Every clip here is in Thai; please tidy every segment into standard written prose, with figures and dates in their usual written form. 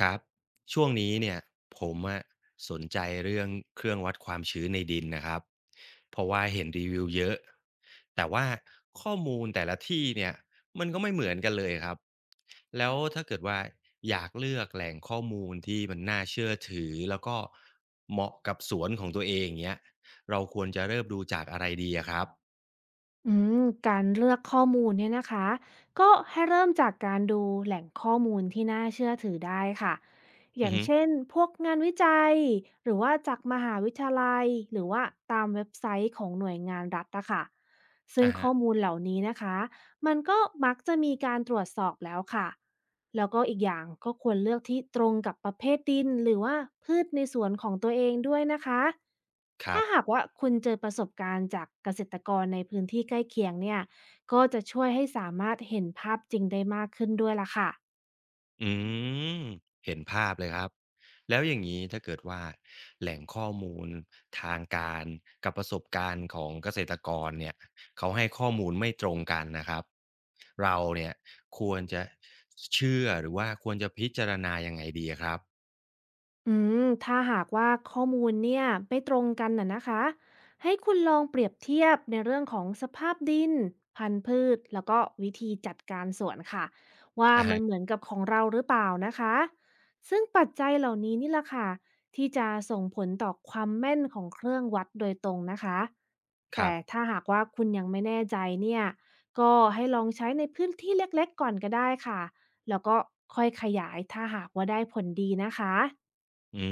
ครับช่วงนี้เนี่ยผมอะสนใจเรื่องเครื่องวัดความชื้นในดินนะครับเพราะว่าเห็นรีวิวเยอะแต่ว่าข้อมูลแต่ละที่เนี่ยมันก็ไม่เหมือนกันเลยครับแล้วถ้าเกิดว่าอยากเลือกแหล่งข้อมูลที่มันน่าเชื่อถือแล้วก็เหมาะกับสวนของตัวเองเนี้ยเราควรจะเริ่มดูจากอะไรดีอะครับอืมการเลือกข้อมูลเนี่ยนะคะก็ให้เริ่มจากการดูแหล่งข้อมูลที่น่าเชื่อถือได้ค่ะออืย่าองฮึเช่นพวกงานวิจัยหรือว่าจากมหาวิทยาลัยหรือว่าตามเว็บไซต์ของหน่วยงานรัฐอะค่ะซึ่งอ่าข้ฮะอมูลเหล่านี้นะคะมันก็มักจะมีการตรวจสอบแล้วค่ะ แล้วก็อีกอย่างก็ควรเลือกที่ตรงกับประเภทดินหรือว่าพืชในสวนของตัวเองด้วยนะคะครัถ้าบ หากว่าคุณเจอประสบการณ์จากเกษตรกรในพื้นที่ใกล้เคียงเนี่ยก็จะช่วยให้สามารถเห็นภาพจริงได้มากขึ้นด้วยล่ะค่ะ อืมเห็นภาพเลยครับแล้วอย่างนี้ถ้าเกิดว่าแหล่งข้อมูลทางการกับประสบการณ์ของเกษตรกรเนี่ยเขาให้ข้อมูลไม่ตรงกันนะครับเราเนี่ยควรจะเชื่อหรือว่าควรจะพิจารณายังไงดีครับอืถ้าหากว่าข้อมูลเนี่ยไม่ตรงกันน่ะนะคะให้คุณลองเปรียบเทียบในเรื่องของสภาพดินพันธุ์พืชแล้วก็วิธีจัดการสวนค่ะว่าอะมันฮะเหมือนกับของเราหรือเปล่านะคะซึ่งปัจจัยเหล่านี้นี่แหละค่ะที่จะส่งผลต่อความแม่นของเครื่องวัดโดยตรงนะคะครัแต่บ ถ้าหากว่าคุณยังไม่แน่ใจเนี่ยก็ให้ลองใช้ในพื้นที่เล็กๆก่อนก็ได้ค่ะแล้วก็ค่อยขยายถ้าหากว่าได้ผลดีนะคะ อื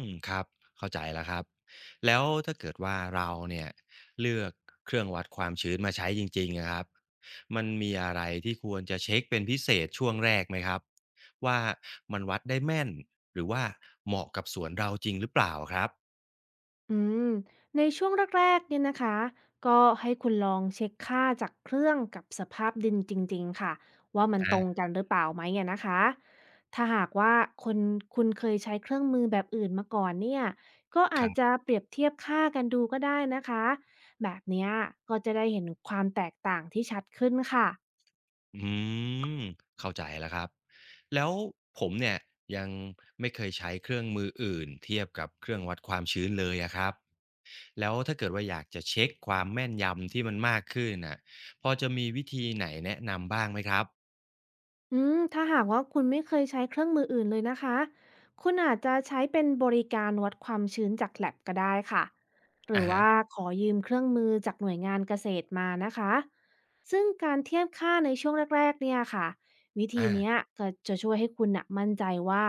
มครับเข้าใจแล้วครับแล้วถ้าเกิดว่าเราเนี่ยเลือกเครื่องวัดความชื้นมาใช้จริงๆอะครับมันมีอะไรที่ควรจะเช็คเป็นพิเศษช่วงแรกไหมครับว่ามันวัดได้แม่นหรือว่าเหมาะกับสวนเราจริงหรือเปล่าครับอืมในช่วงแรกๆเนี่ยนะคะก็ให้คุณลองเช็คค่าจากเครื่องกับสภาพดินจริงๆค่ะว่ามันตอารงกันหรือเปล่าไหมอะนะคะถ้าหากว่าคนคุณเคยใช้เครื่องมือแบบอื่นมาก่อนเนี่ยก็คอารัจจะบเปรียบเทียบค่ากันดูก็ได้นะคะแบบเนี้ยก็จะได้เห็นความแตกต่างที่ชัดขึ้นค่ะ อืมเข้าใจแล้วครับแล้วผมเนี่ยยังไม่เคยใช้เครื่องมืออื่นเทียบกับเครื่องวัดความชื้นเลยอะครับ แล้วถ้าเกิดว่าอยากจะเช็คความแม่นยำที่มันมากขึ้นน่ะพอจะมีวิธีไหนแนะนำบ้างไหมครับถ้าหากว่าคุณไม่เคยใช้เครื่องมืออื่นเลยนะคะ คุณอาจจะใช้เป็นบริการวัดความชื้นจาก l ลบก็ได้ค่ะหรืออะฮะว่าขอยืมเครื่องมือจากหน่วยงานเกษตรมานะคะซึ่งการเทียบค่าในช่วงแรกๆเนี่ยค่ะวิธีอาเนี้ยก็จะช่วยให้คุณน่ะมั่นใจว่า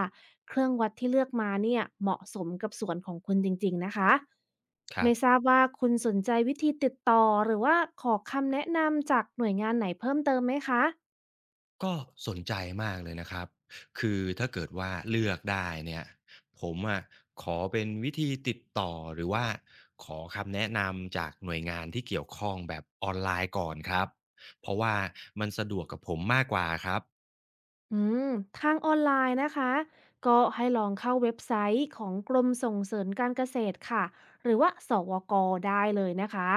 เครื่องวัดที่เลือกมาเนี่ยเหมาะสมกับสวนของคุณจริงๆนะคะครัไม่บทราบว่าคุณสนใจวิธีติดต่อหรือว่าขอคำแนะนำจากหน่วยงานไหนเพิ่มเติมไหมคะ ก็สนใจมากเลยนะครับคือถ้าเกิดว่าเลือกได้เนี่ยผมอะขอเป็นวิธีติดต่อหรือว่าขอคำแนะนำจากหน่วยงานที่เกี่ยวข้องแบบออนไลน์ก่อนครับเพราะว่ามันสะดวกกับผมมากกว่าครับอืมทางออนไลน์นะคะก็ให้ลองเข้าเว็บไซต์ของกรมส่งเสริมการเกษตรค่ะหรือว่าสวกได้เลยนะคะ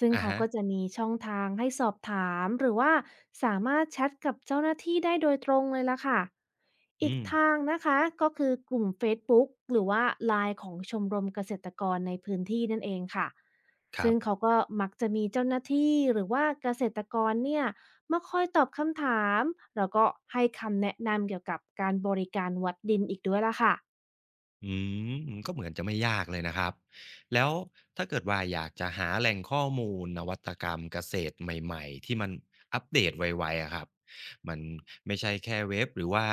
ซึ่งอะเขาฮะก็จะมีช่องทางให้สอบถามหรือว่าสามารถแชทกับเจ้าหน้าที่ได้โดยตรงเลยละค่ะอีอืกมทางนะคะก็คือกลุ่ม Facebook หรือว่าไลน์ของชมรมเกษตรกรในพื้นที่นั่นเองค่ะครัซึ่งเขาบ ก็มักจะมีเจ้าหน้าที่หรือว่าเกษตรกรเนี่ย มาคอยตอบคำถามแล้วก็ให้คำแนะนำเกี่ยวกับการบริการวัดดินอีกด้วยล่ะค่ะ อืก็เหมือนจะไม่ยากเลยนะครับแล้วถ้าเกิดว่าอยากจะหาแหล่งข้อมูลนวัตกรรมเกษตรใหม่ๆที่มันอัปเดตไวๆอะครับมันไม่ใช่แค่เว็บหรือว่า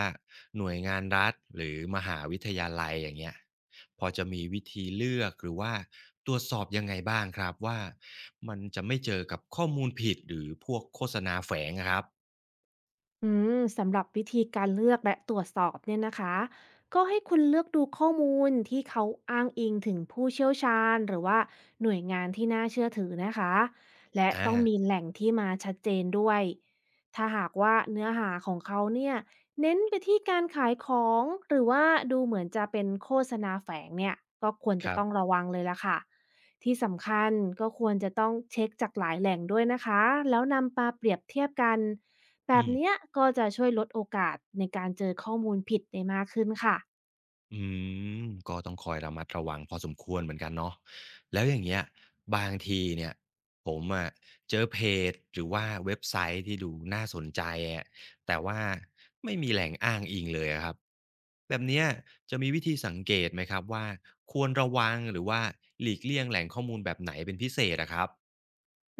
หน่วยงานรัฐหรือมหาวิทยาลัยอย่างเงี้ยพอจะมีวิธีเลือกหรือว่าตรวจสอบยังไงบ้างครับว่ามันจะไม่เจอกับข้อมูลผิดหรือพวกโฆษณาแฝงอะครับสำหรับวิธีการเลือกและตรวจสอบเนี่ยนะคะก็ให้คุณเลือกดูข้อมูลที่เขาอ้างอิงถึงผู้เชี่ยวชาญหรือว่าหน่วยงานที่น่าเชื่อถือนะคะและอ่ต้องมีาแหล่งที่มาชัดเจนด้วยถ้าหากว่าเนื้อหาของเขาเนี่ยเน้นไปที่การขายของหรือว่าดูเหมือนจะเป็นโฆษณาแฝงเนี่ยก็ควรคจะรัต้องบระวังเลยละค่ะที่สำคัญก็ควรจะต้องเช็คจากหลายแหล่งด้วยนะคะแล้วนำมาเปรียบเทียบกัน แบบอืม เนี้ยก็จะช่วยลดโอกาสในการเจอข้อมูลผิดได้มากขึ้นค่ะ อืมก็ต้องคอยระมัดระวังพอสมควรเหมือนกันเนาะแล้วอย่างเงี้ยบางทีเนี่ยผมอะเจอเพจหรือว่าเว็บไซต์ที่ดูน่าสนใจอะแต่ว่าไม่มีแหล่งอ้างอิงเลยอะครับแบบเนี้ยจะมีวิธีสังเกตไหมครับว่าควรระวังหรือว่าหลีกเลี่ยงแหล่งข้อมูลแบบไหนเป็นพิเศษอะครับ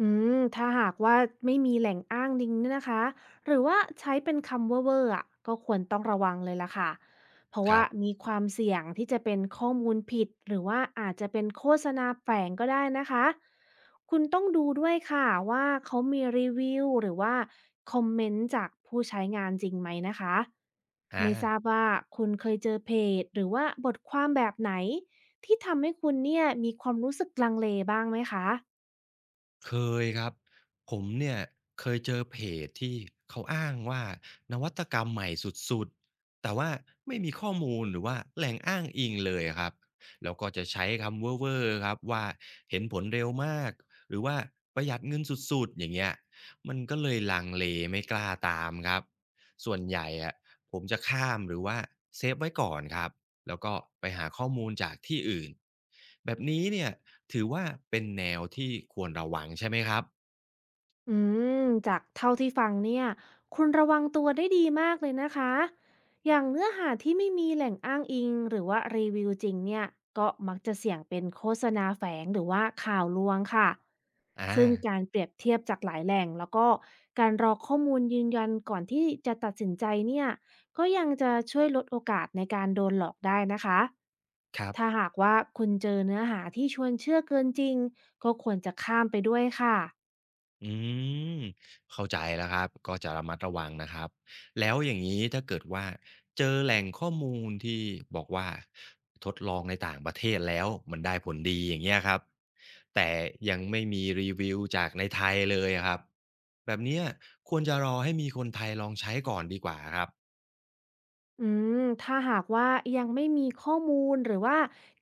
อืถ้าหากว่าไม่มีแหล่งอ้างอิงเนี่ยนะคะหรือว่าใช้เป็นคำเว่อร์ๆอ่ะก็ควรต้องระวังเลยล่ะค่ะเพราะคว่ารับมีความเสี่ยงที่จะเป็นข้อมูลผิดหรือว่าอาจจะเป็นโฆษณาแฝงก็ได้นะคะคุณต้องดูด้วยค่ะว่าเขามีรีวิวหรือว่าคอมเมนต์จากผู้ใช้งานจริงไหมนะคะอา ไม่ทราบว่าคุณเคยเจอเพจหรือว่าบทความแบบไหนที่ทำให้คุณเนี่ยมีความรู้สึกลังเลบ้างไหมคะ เคยครับผมเนี่ยเคยเจอเพจที่เขาอ้างว่านวัตกรรมใหม่สุดๆแต่ว่าไม่มีข้อมูลหรือว่าแหล่งอ้างอิงเลยครับแล้วก็จะใช้คำเว่อร์ๆครับว่าเห็นผลเร็วมากหรือว่าประหยัดเงินสุดๆอย่างเงี้ยมันก็เลยลังเลไม่กล้าตามครับส่วนใหญ่อะผมจะข้ามหรือว่าเซฟไว้ก่อนครับ แล้วก็ไปหาข้อมูลจากที่อื่นแบบนี้เนี่ยถือว่าเป็นแนวที่ควรระวังใช่ไหมครับอืจากเท่าที่ฟังเนี่ยคุณระวังตัวได้ดีมากเลยนะคะอย่างเนื้อหาที่ไม่มีแหล่งอ้างอิงหรือว่ารีวิวจริงเนี่ยก็มักจะเสี่ยงเป็นโฆษณาแฝงหรือว่าข่าวลวงค่ะอ่าซึ่งการเปรียบเทียบจากหลายแหล่งแล้วก็การรอข้อมูลยืนยันก่อนที่จะตัดสินใจเนี่ยก็ยังจะช่วยลดโอกาสในการโดนหลอกได้นะคะครัถ้าบหากว่าคุณเจอเนื้อหาที่ชวนเชื่อเกินจริงก็ควรจะข้ามไปด้วยค่ะ อืมเข้าใจแล้วครับก็จะระมัดระวังนะครับแล้วอย่างนี้ถ้าเกิดว่าเจอแหล่งข้อมูลที่บอกว่าทดลองในต่างประเทศแล้วมันได้ผลดีอย่างเงี้ยครับแต่ยังไม่มีรีวิวจากในไทยเลยอะครับแบบเนี้ยควรจะรอให้มีคนไทยลองใช้ก่อนดีกว่าครับอืถ้าหากว่ายังไม่มีข้อมูลหรือว่า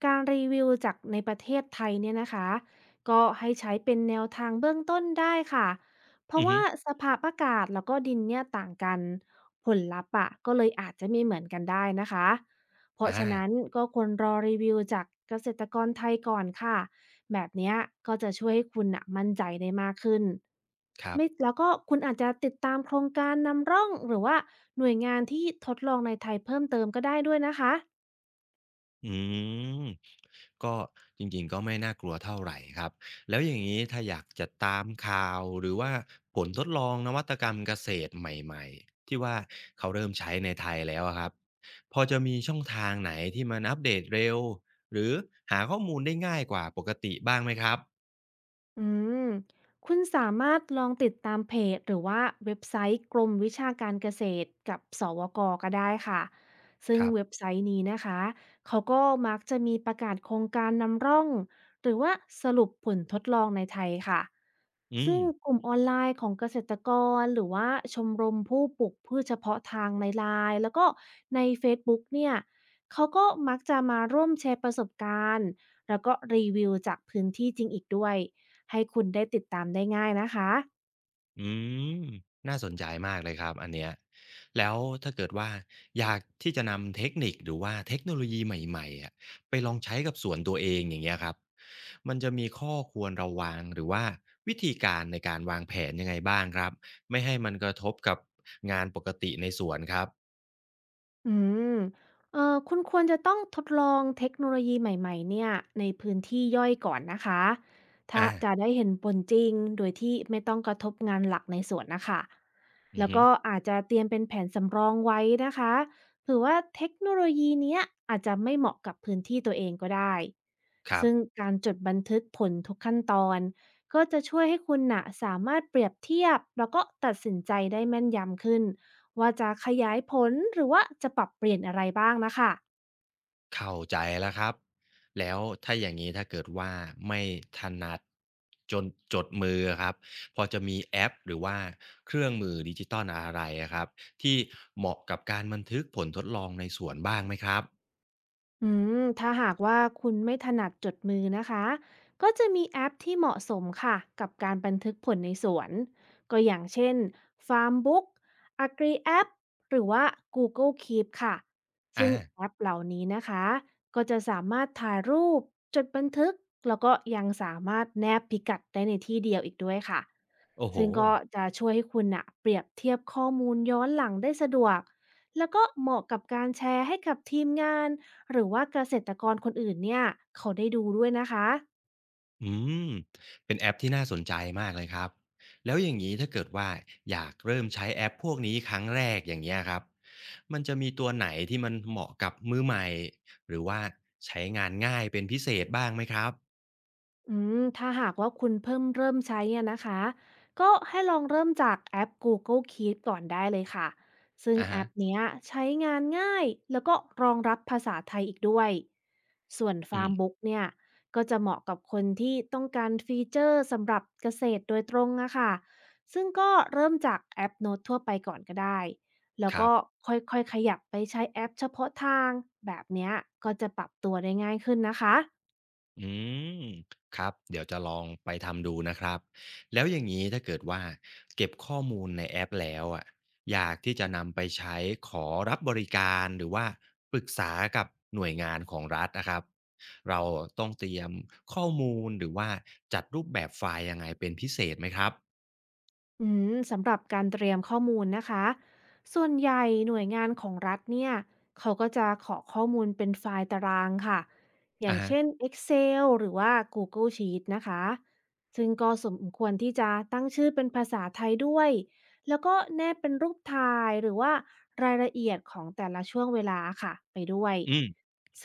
การรีวิวจากในประเทศไทยเนี่ยนะคะก็ให้ใช้เป็นแนวทางเบื้องต้นได้ค่ะเพอืราะอฮึว่าสภาพอากาศแล้วก็ดินเนี่ยต่างกันผลลัพธ์อะก็เลยอาจจะไม่เหมือนกันได้นะคะเพราะอาฉะนั้นก็ควรรอรีวิวจากเกษตรกรไทยก่อนค่ะ แบบเนี้ยก็จะช่วยให้คุณน่ะมั่นใจได้มากขึ้นครับ ไม่แล้วก็คุณอาจจะติดตามโครงการนำร่องหรือว่าหน่วยงานที่ทดลองในไทยเพิ่มเติมก็ได้ด้วยนะคะ อืมก็จริงๆก็ไม่น่ากลัวเท่าไรครับแล้วอย่างงี้ถ้าอยากจะตามข่าวหรือว่าผลทดลองนวัตกรรมเกษตรใหม่ๆที่ว่าเขาเริ่มใช้ในไทยแล้วอะครับพอจะมีช่องทางไหนที่มันอัปเดตเร็วหรือหาข้อมูลได้ง่ายกว่าปกติบ้างไหมครับอืมคุณสามารถลองติดตามเพจหรือว่าเว็บไซต์กรมวิชาการเกษตรกับสวกก็ได้ค่ะซึ่งครัเว็บบไซต์นี้นะคะเขาก็มักจะมีประกาศโครงการนำร่องหรือว่าสรุปผลทดลองในไทยค่ะอืม ซึ่งกลุ่มออนไลน์ของเกษตรกรหรือว่าชมรมผู้ปลูกพืชเฉพาะทางในไลน์แล้วก็ในเฟซบุ๊กเนี่ยเขาก็มักจะมาร่วมแชร์ประสบการณ์แล้วก็รีวิวจากพื้นที่จริงอีกด้วย ให้คุณได้ติดตามได้ง่ายนะคะอืมน่าสนใจมากเลยครับอันเนี้ยแล้วถ้าเกิดว่าอยากที่จะนำเทคนิคหรือว่าเทคโนโลยีใหม่ๆอะไปลองใช้กับสวนตัวเองอย่างเงี้ยครับมันจะมีข้อควรระวังหรือว่าวิธีการในการวางแผนยังไงบ้างครับไม่ให้มันกระทบกับงานปกติในสวนครับอืมคุณควรจะต้องทดลองเทคโนโลยีใหม่ๆเนี่ยในพื้นที่ย่อยก่อนนะคะ ถ้าอาจะได้เห็นผลจริงโดยที่ไม่ต้องกระทบงานหลักในสวนนะคะ อือแล้วฮึก็อาจจะเตรียมเป็นแผนสำรองไว้นะคะเผื่อว่าเทคโนโลยีเนี้ยอาจจะไม่เหมาะกับพื้นที่ตัวเองก็ได้ ครับ ซึ่งการจดบันทึกผลทุกขั้นตอนก็จะช่วยให้คุณน่ะสามารถเปรียบเทียบแล้วก็ตัดสินใจได้แม่นยำขึ้น ว่าจะขยายผลหรือว่าจะปรับเปลี่ยนอะไรบ้างนะคะ เข้าใจแล้วครับแล้วถ้าอย่างนี้ถ้าเกิดว่าไม่ถนัดจนจดมือครับพอจะมีแอปหรือว่าเครื่องมือดิจิตอลอะไรอะครับที่เหมาะกับการบันทึกผลทดลองในสวนบ้างไหมครับอืถ้าหากว่าคุณไม่ถนัดจดมือนะคะ ก็จะมีแอปที่เหมาะสมค่ะกับการบันทึกผลในสวน ก็อย่างเช่น Farmbook AgriApp หรือว่า Google Keep ค่ะซึ่อางแอปเหล่านี้นะคะ ก็จะสามารถถ่ายรูป จดบันทึก แล้วก็ยังสามารถแนบพิกัดได้ในที่เดียวอีกด้วยค่ะ โอ้โฮ ซึ่งก็จะช่วยให้คุณนะเปรียบเทียบข้อมูลย้อนหลังได้สะดวกแล้วก็เหมาะกับการแชร์ให้กับทีมงาน หรือว่าเกษตรกรคนอื่นเนี่ยเขาได้ดูด้วยนะคะ อืมเป็นแอปที่น่าสนใจมากเลยครับแล้วอย่างนี้ถ้าเกิดว่าอยากเริ่มใช้แอปพวกนี้ครั้งแรกอย่างเงี้ยครับมันจะมีตัวไหนที่มันเหมาะกับมือใหม่หรือว่าใช้งานง่ายเป็นพิเศษบ้างไหมครับถ้าหากว่าคุณเพิ่มเริ่มใช้เนี่ยนะคะก็ให้ลองเริ่มจากแอป Google Keep กลคีปก่อนได้เลยค่ะซึ่งอะแอฮะปเนี้ยใช้งานง่ายแล้วก็รองรับภาษาไทยอีกด้วยส่วน อืม Farmbook เนี่ยก็จะเหมาะกับคนที่ต้องการฟีเจอร์สำหรับเกษตรโดยตรงอะค่ะซึ่งก็เริ่มจากแอปโน้ตทั่วไปก่อนก็ได้แล้วครัก็บ ค่อยๆขยับไปใช้แอปเฉพาะทางแบบเนี้ยก็จะปรับตัวได้ง่ายขึ้นนะคะ อืมครับเดี๋ยวจะลองไปทำดูนะครับแล้วอย่างนี้ถ้าเกิดว่าเก็บข้อมูลในแอปแล้วอะอยากที่จะนำไปใช้ขอรับบริการหรือว่าปรึกษากับหน่วยงานของรัฐนะครับเราต้องเตรียมข้อมูลหรือว่าจัดรูปแบบไฟล์ยังไงเป็นพิเศษไหมครับสำหรับการเตรียมข้อมูลนะคะส่วนใหญ่หน่วยงานของรัฐเนี่ยเขาก็จะขอข้อมูลเป็นไฟล์ตารางค่ะอย่าอะงฮะเช่น Excel หรือว่า Google Sheet นะคะซึ่งก็สมควรที่จะตั้งชื่อเป็นภาษาไทยด้วยแล้วก็แนบเป็นรูปถ่ายหรือว่ารายละเอียดของแต่ละช่วงเวลาค่ะไปด้วยอืมซ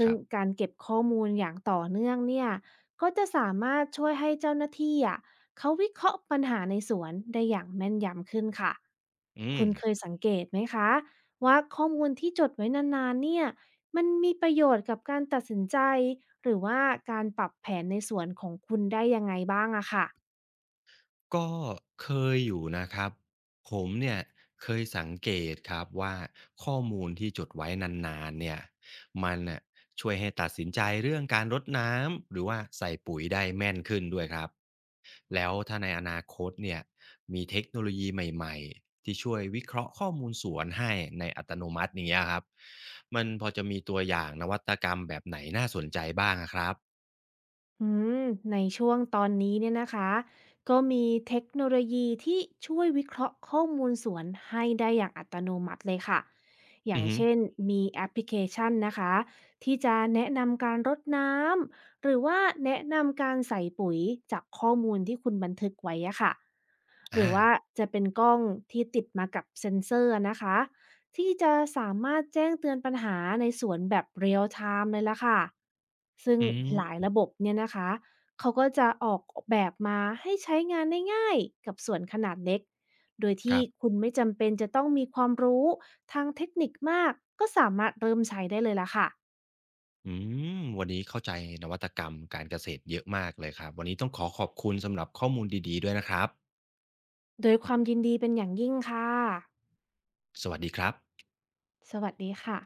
คึ่งรับการเก็บข้อมูลอย่างต่อเนื่องเนี่ยก็จะสามารถช่วยให้เจ้าหน้าที่อ่ะ เขาวิเคราะห์ปัญหาในสวนได้อย่างแม่นยำขึ้นค่ะ อืคุม ณเคยสังเกตไหมคะว่าข้อมูลที่จดไว้นานๆเนี่ยมันมีประโยชน์กับการตัดสินใจหรือว่าการปรับแผนในสวนของคุณได้ยังไงบ้างอะค่ะ ก็เคยอยู่นะครับผมเนี่ยเคยสังเกตครับว่าข้อมูลที่จดไว้นานๆเนี่ยมันน่ะช่วยให้ตัดสินใจเรื่องการรดน้ำหรือว่าใส่ปุ๋ยได้แม่นขึ้นด้วยครับแล้วถ้าในอนาคตเนี่ยมีเทคโนโลยีใหม่ๆที่ช่วยวิเคราะห์ข้อมูลสวนให้ในอัตโนมัติอย่างเนี้ยครับมันพอจะมีตัวอย่างนวัตกรรมแบบไหนน่าสนใจบ้างอะครับอืมในช่วงตอนนี้เนี่ยนะคะก็มีเทคโนโลยีที่ช่วยวิเคราะห์ข้อมูลสวนให้ได้อย่างอัตโนมัติเลยค่ะออืย่างอฮึเช่นมีแอปพลิเคชันนะคะที่จะแนะนำการรดน้ำหรือว่าแนะนำการใส่ปุ๋ยจากข้อมูลที่คุณบันทึกไว้อะค่ะหรือ่าอว่าจะเป็นกล้องที่ติดมากับเซ็นเซอร์นะคะ ที่จะสามารถแจ้งเตือนปัญหาในสวนแบบ Real Time เลยล่ะค่ะ ซึ่งอืหลายมระบบเนี่ยนะคะ เขาก็จะออกแบบมาให้ใช้งานได้ง่ายกับสวนขนาดเล็ก โดยคที่รับ คุณไม่จำเป็นจะต้องมีความรู้ทางเทคนิคมากก็สามารถเริ่มใช้ได้เลยล่ะค่ะ อืวันนี้เข้าใจนวัตกรรมการเกษตรเยอะมากเลยครับวันนี้ต้องขอขอบคุณสำหรับข้อมูลดีๆด้วยนะครับโดยความยินดีเป็นอย่างยิ่งค่ะ สวัสดีครับสวัสดีค่ะ